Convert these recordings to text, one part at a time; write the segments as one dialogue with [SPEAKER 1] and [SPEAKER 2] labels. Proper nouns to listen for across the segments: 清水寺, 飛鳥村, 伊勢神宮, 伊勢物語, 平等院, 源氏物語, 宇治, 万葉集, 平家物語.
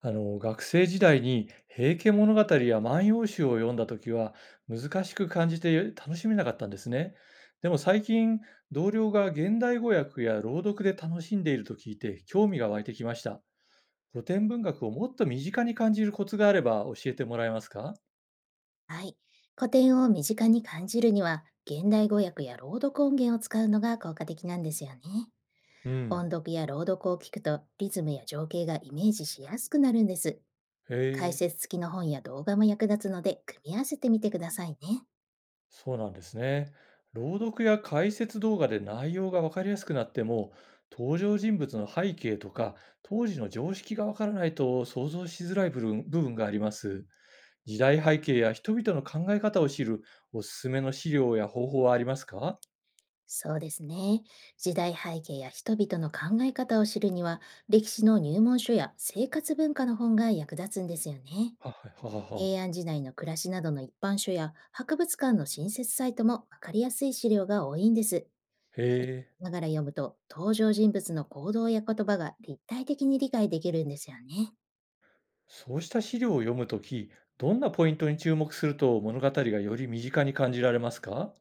[SPEAKER 1] 学生時代に平家物語や万葉集を読んだ時は難しく感じて楽しめなかったんですね。でも最近、同僚が現代語訳や朗読で楽しんでいると聞いて興味が湧いてきました。古典文学をもっと身近に感じるコツがあれば教えてもらえますか？
[SPEAKER 2] はい。古典を身近に感じるには、現代語訳や朗読音源を使うのが効果的なんですよね。
[SPEAKER 1] う
[SPEAKER 2] 音
[SPEAKER 1] ん。
[SPEAKER 2] 読や朗読を聞くと、リズムや情景がイメージしやすくなるんです。
[SPEAKER 1] へ
[SPEAKER 2] 解
[SPEAKER 1] え。
[SPEAKER 2] 説付きの本や動画も役立つので、組み合わせてみてくださいね。
[SPEAKER 1] そうなんですね。朗読や解説動画で内容がわかりやすくなっても、登場人物の背景とか、当時の常識がわからないと想像しづらい部分部分があります。時代背景や人々の考え方を知るおすすめの資料や方法はありますか？は
[SPEAKER 2] そうですね。時代背景や人々の考え方を知るには、歴史の入門書や生活文化の本が役立つんですよね。
[SPEAKER 1] はははは。
[SPEAKER 2] 平安時代の暮らしなどの一般書や博物館の新設サイトもわかりやすい資料が多いんです。
[SPEAKER 1] へえ。
[SPEAKER 2] ながら読むと登場人物の行動や言葉が立体的に理解できるんですよね。
[SPEAKER 1] そうした資料を読むとき、どんなポイントに注目すると物語がより身近に感じられますか？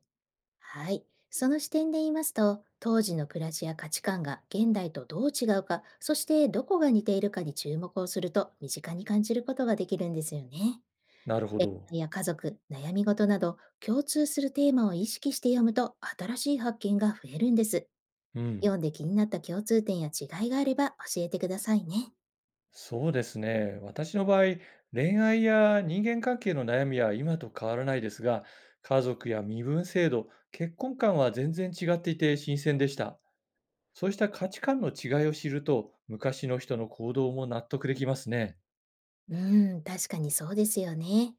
[SPEAKER 2] はい。その視点で言いますと、当時の暮らしや価値観が現代とどう違うか、そしてどこが似ているかに注目をすると身近に感じることができるんですよね。
[SPEAKER 1] なるほど。
[SPEAKER 2] いや、家族、悩み事など共通するテーマを意識して読むと新しい発見が増えるんです。
[SPEAKER 1] うん。
[SPEAKER 2] 読んで気になった共通点や違いがあれば教えてくださいね。
[SPEAKER 1] そうですね。私の場合、恋愛や人間関係の悩みは今と変わらないですが、家族や身分制度、結婚観は全然違っていて新鮮でした。そうした価値観の違いを知ると、昔の人の行動も納得できますね。
[SPEAKER 2] うーん、確かにそうですよね。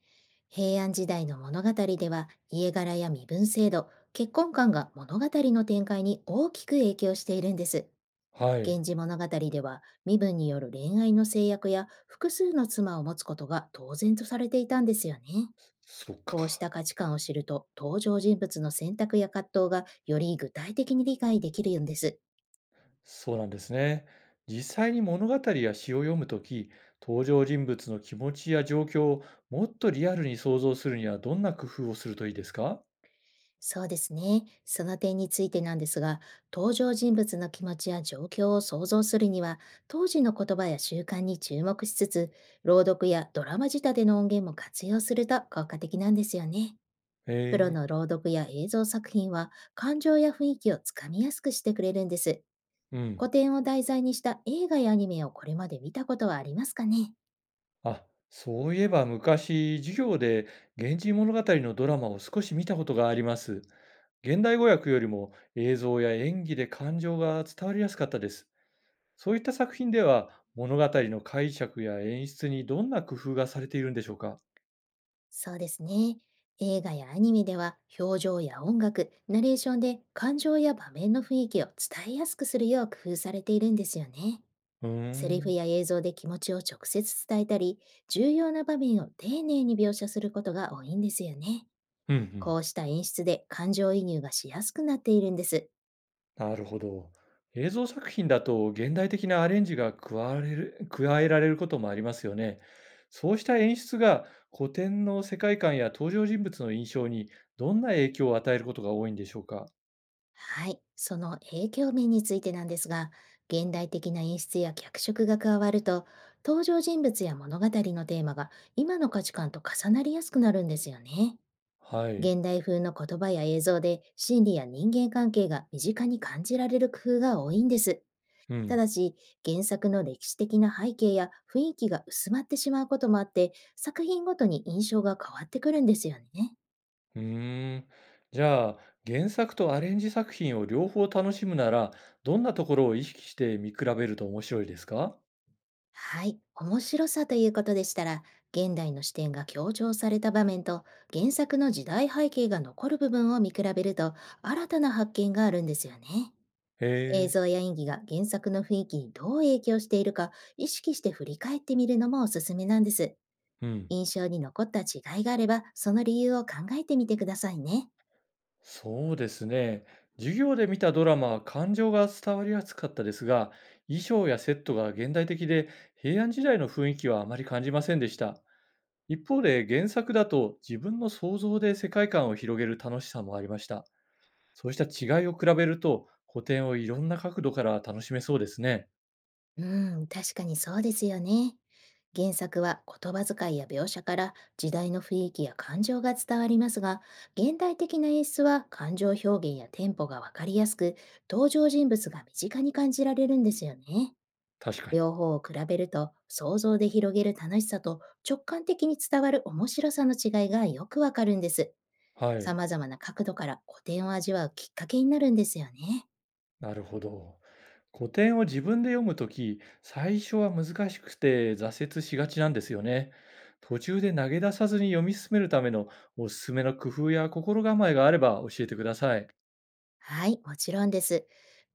[SPEAKER 2] 平安時代の物語では家柄や身分制度、結婚観が物語の展開に大きく影響しているんです。
[SPEAKER 1] はい。
[SPEAKER 2] 源氏物語では身分による恋愛の制約や複数の妻を持つことが当然とされていたんですよね。
[SPEAKER 1] そっ
[SPEAKER 2] こうし
[SPEAKER 1] か。
[SPEAKER 2] た価値観を知ると登場人物の選択や葛藤がより具体的に理解できるんです。
[SPEAKER 1] そうなんですね。実際に物語や詩を読むとき、登場人物の気持ちや状況をもっとリアルに想像するにはどんな工夫をするといいですか？
[SPEAKER 2] そうですね。その点についてなんですが、登場人物の気持ちや状況を想像するには、当時の言葉や習慣に注目しつつ、朗読やドラマ仕立ての音源も活用すると効果的なんですよね。
[SPEAKER 1] へ
[SPEAKER 2] プロの
[SPEAKER 1] え。
[SPEAKER 2] 朗読や映像作品は、感情や雰囲気をつかみやすくしてくれるんです。
[SPEAKER 1] うん。
[SPEAKER 2] 古典を題材にした映画やアニメをこれまで見たことはありますかね？
[SPEAKER 1] あ、そういえば昔、授業で源氏物語のドラマを少し見たことがあります。現代語訳よりも映像や演技で感情が伝わりやすかったです。そういった作品では物語の解釈や演出にどんな工夫がされているんでしょうか？
[SPEAKER 2] そうですね。映画やアニメでは表情や音楽、ナレーションで感情や場面の雰囲気を伝えやすくするよう工夫されているんですよね。
[SPEAKER 1] うー
[SPEAKER 2] セリフ
[SPEAKER 1] ん。
[SPEAKER 2] や映像で気持ちを直接伝えたり、重要な場面を丁寧に描写することが多いんですよね。
[SPEAKER 1] うんうん。
[SPEAKER 2] こうした演出で感情移入がしやすくなっているんです。
[SPEAKER 1] なるほど。映像作品だと現代的なアレンジが加われる加えられることもありますよね。そうした演出が古典の世界観や登場人物の印象にどんな影響を与えることが多いんでしょうか？
[SPEAKER 2] はい、その影響面についてなんですが、現代的な演出や脚色が加わると、登場人物や物語のテーマが今の価値観と重なりやすくなるんですよね。
[SPEAKER 1] はい。
[SPEAKER 2] 現代風の言葉や映像で心理や人間関係が身近に感じられる工夫が多いんです。
[SPEAKER 1] う
[SPEAKER 2] た
[SPEAKER 1] ん。
[SPEAKER 2] だし、原作の歴史的な背景や雰囲気が薄まってしまうこともあって、作品ごとに印象が変わってくるんですよね。
[SPEAKER 1] うーん。じゃあ、原作とアレンジ作品を両方楽しむなら、どんなところを意識して見比べると面白いですか？
[SPEAKER 2] はい、面白さということでしたら、現代の視点が強調された場面と原作の時代背景が残る部分を見比べると新たな発見があるんですよね。
[SPEAKER 1] へ
[SPEAKER 2] 映
[SPEAKER 1] え。
[SPEAKER 2] 像や演技が原作の雰囲気にどう影響しているか意識して振り返ってみるのもおすすめなんです。
[SPEAKER 1] うん。
[SPEAKER 2] 印象に残った違いがあれば、その理由を考えてみてくださいね。
[SPEAKER 1] そうですね。授業で見たドラマは感情が伝わりやすかったですが、衣装やセットが現代的で平安時代の雰囲気はあまり感じませんでした。一方で原作だと自分の想像で世界観を広げる楽しさもありました。そうした違いを比べると古典をいろんな角度から楽しめそうですね。
[SPEAKER 2] うん、確かにそうですよね。原作は言葉遣いや描写から時代の雰囲気や感情が伝わりますが、現代的な演出は感情表現やテンポがわかりやすく、登場人物が身近に感じられるんですよね。
[SPEAKER 1] 確かに。
[SPEAKER 2] 両方を比べると、想像で広げる楽しさと直感的に伝わる面白さの違いがよくわかるんです。
[SPEAKER 1] はい。
[SPEAKER 2] 様々な角度から古典を味わうきっかけになるんですよね。
[SPEAKER 1] なるほど。古典を自分で読むとき、最初は難しくて挫折しがちなんですよね。途中で投げ出さずに読み進めるためのおすすめの工夫や心構えがあれば教えてください。
[SPEAKER 2] はい、もちろんです。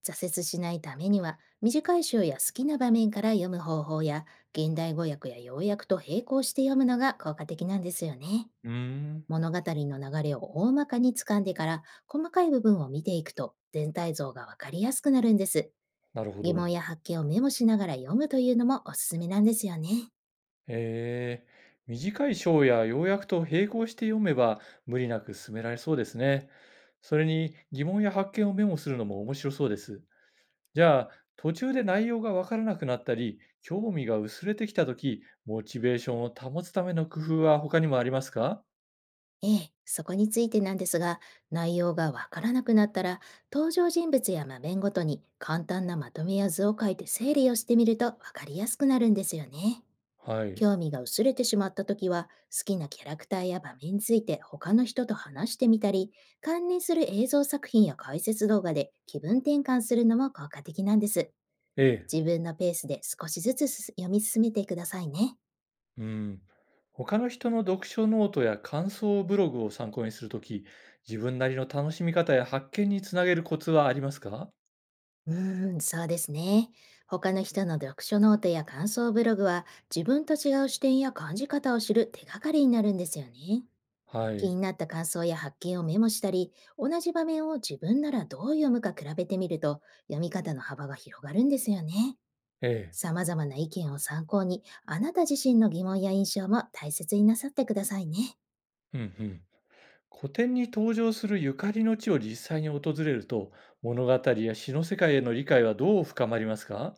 [SPEAKER 2] 挫折しないためには、短い章や好きな場面から読む方法や、現代語訳や要約と並行して読むのが効果的なんですよね。
[SPEAKER 1] うーん。
[SPEAKER 2] 物語の流れを大まかに掴んでから、細かい部分を見ていくと、全体像がわかりやすくなるんです。
[SPEAKER 1] なるほ
[SPEAKER 2] 疑問
[SPEAKER 1] ど。
[SPEAKER 2] や発見をメモしながら読むというのもおすすめなんですよね。
[SPEAKER 1] えー、短い章や要約と並行して読めば無理なく進められそうですね。それに疑問や発見をメモするのも面白そうです。じゃあ、途中で内容がわからなくなったり、興味が薄れてきたとき、モチベーションを保つための工夫は他にもありますか？
[SPEAKER 2] ええ、そこについてなんですが、内容がわからなくなったら、登場人物や場面ごとに簡単なまとめや図を書いて整理をしてみるとわかりやすくなるんですよね。
[SPEAKER 1] はい。
[SPEAKER 2] 興味が薄れてしまった時は、好きなキャラクターや場面について他の人と話してみたり、関連する映像作品や解説動画で気分転換するのも効果的なんです。
[SPEAKER 1] ええ。
[SPEAKER 2] 自分のペースで少しずつ読み進めてくださいね。
[SPEAKER 1] うん。他の人の読書ノートや感想ブログを参考にするとき、自分なりの楽しみ方や発見につなげるコツはありますか？
[SPEAKER 2] うーん、そうですね。他の人の読書ノートや感想ブログは自分と違う視点や感じ方を知る手がかりになるんですよね。
[SPEAKER 1] は
[SPEAKER 2] 気
[SPEAKER 1] い。
[SPEAKER 2] になった感想や発見をメモしたり、同じ場面を自分ならどう読むか比べてみると読み方の幅が広がるんですよね。
[SPEAKER 1] ええ。
[SPEAKER 2] 様々な意見を参考に、あなた自身の疑問や印象も大切になさってくださいね。
[SPEAKER 1] うんうん。古典に登場するゆかりの地を実際に訪れると、物語や詩の世界への理解はどう深まりますか？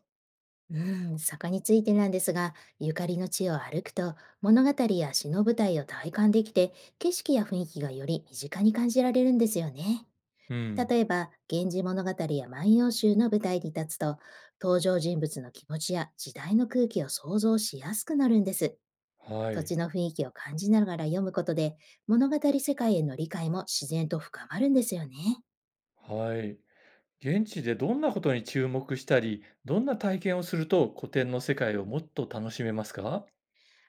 [SPEAKER 2] うん、坂についてなんですが、ゆかりの地を歩くと、物語や詩の舞台を体感できて、景色や雰囲気がより身近に感じられるんですよね。
[SPEAKER 1] うん。
[SPEAKER 2] 例えば、源氏物語や万葉集の舞台に立つと、登場人物の気持ちや時代の空気を想像しやすくなるんです。
[SPEAKER 1] は
[SPEAKER 2] 土
[SPEAKER 1] い。
[SPEAKER 2] 地の雰囲気を感じながら読むことで、物語世界への理解も自然と深まるんですよね。
[SPEAKER 1] はい。現地でどんなことに注目したり、どんな体験をすると古典の世界をもっと楽しめますか？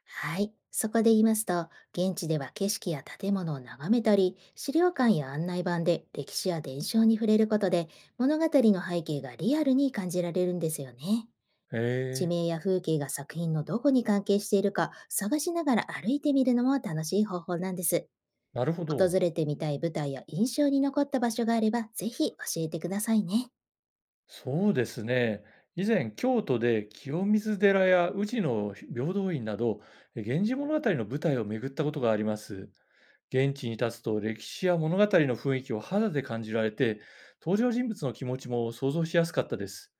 [SPEAKER 2] はい。そこで言いますと、現地では景色や建物を眺めたり、資料館や案内板で歴史や伝承に触れることで、物語の背景がリアルに感じられるんですよね。
[SPEAKER 1] へ
[SPEAKER 2] 地
[SPEAKER 1] え、
[SPEAKER 2] 名や風景が作品のどこに関係しているか探しながら歩いてみるのも楽しい方法なんです。
[SPEAKER 1] なるほ
[SPEAKER 2] 訪
[SPEAKER 1] ど。
[SPEAKER 2] れてみたい舞台や印象に残った場所があれば、ぜひ教えてくださいね。
[SPEAKER 1] そうですね。以前、京都で清水寺や宇治の平等院など、源氏物語の舞台を巡ったことがあります。現地に立つと歴史や物語の雰囲気を肌で感じられて、登場人物の気持ちも想像しやすかったです。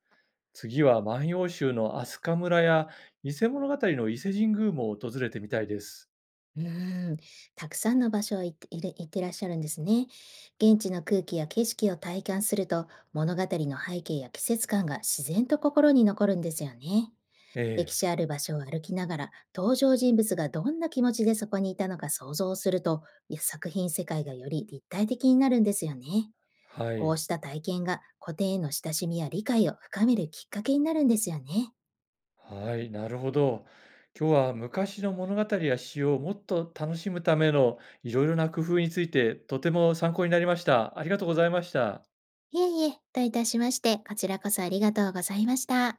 [SPEAKER 1] 次は万葉集の飛鳥村や伊勢物語の伊勢神宮も訪れてみたいです。
[SPEAKER 2] うーん、たくさんの場所を行ってらっしゃるんですね。現地の空気や景色を体感すると、物語の背景や季節感が自然と心に残るんですよね。
[SPEAKER 1] え
[SPEAKER 2] 歴
[SPEAKER 1] え、
[SPEAKER 2] 史ある場所を歩きながら、登場人物がどんな気持ちでそこにいたのか想像すると、いや、作品世界がより立体的になるんですよね。
[SPEAKER 1] は
[SPEAKER 2] こう
[SPEAKER 1] い、
[SPEAKER 2] した体験が古典への親しみや理解を深めるきっかけになるんですよね。
[SPEAKER 1] はい、なるほど。今日は昔の物語や詩をもっと楽しむためのいろいろな工夫についてとても参考になりました。ありがとうございました。
[SPEAKER 2] いえいえ、どういたしまして、こちらこそありがとうございました。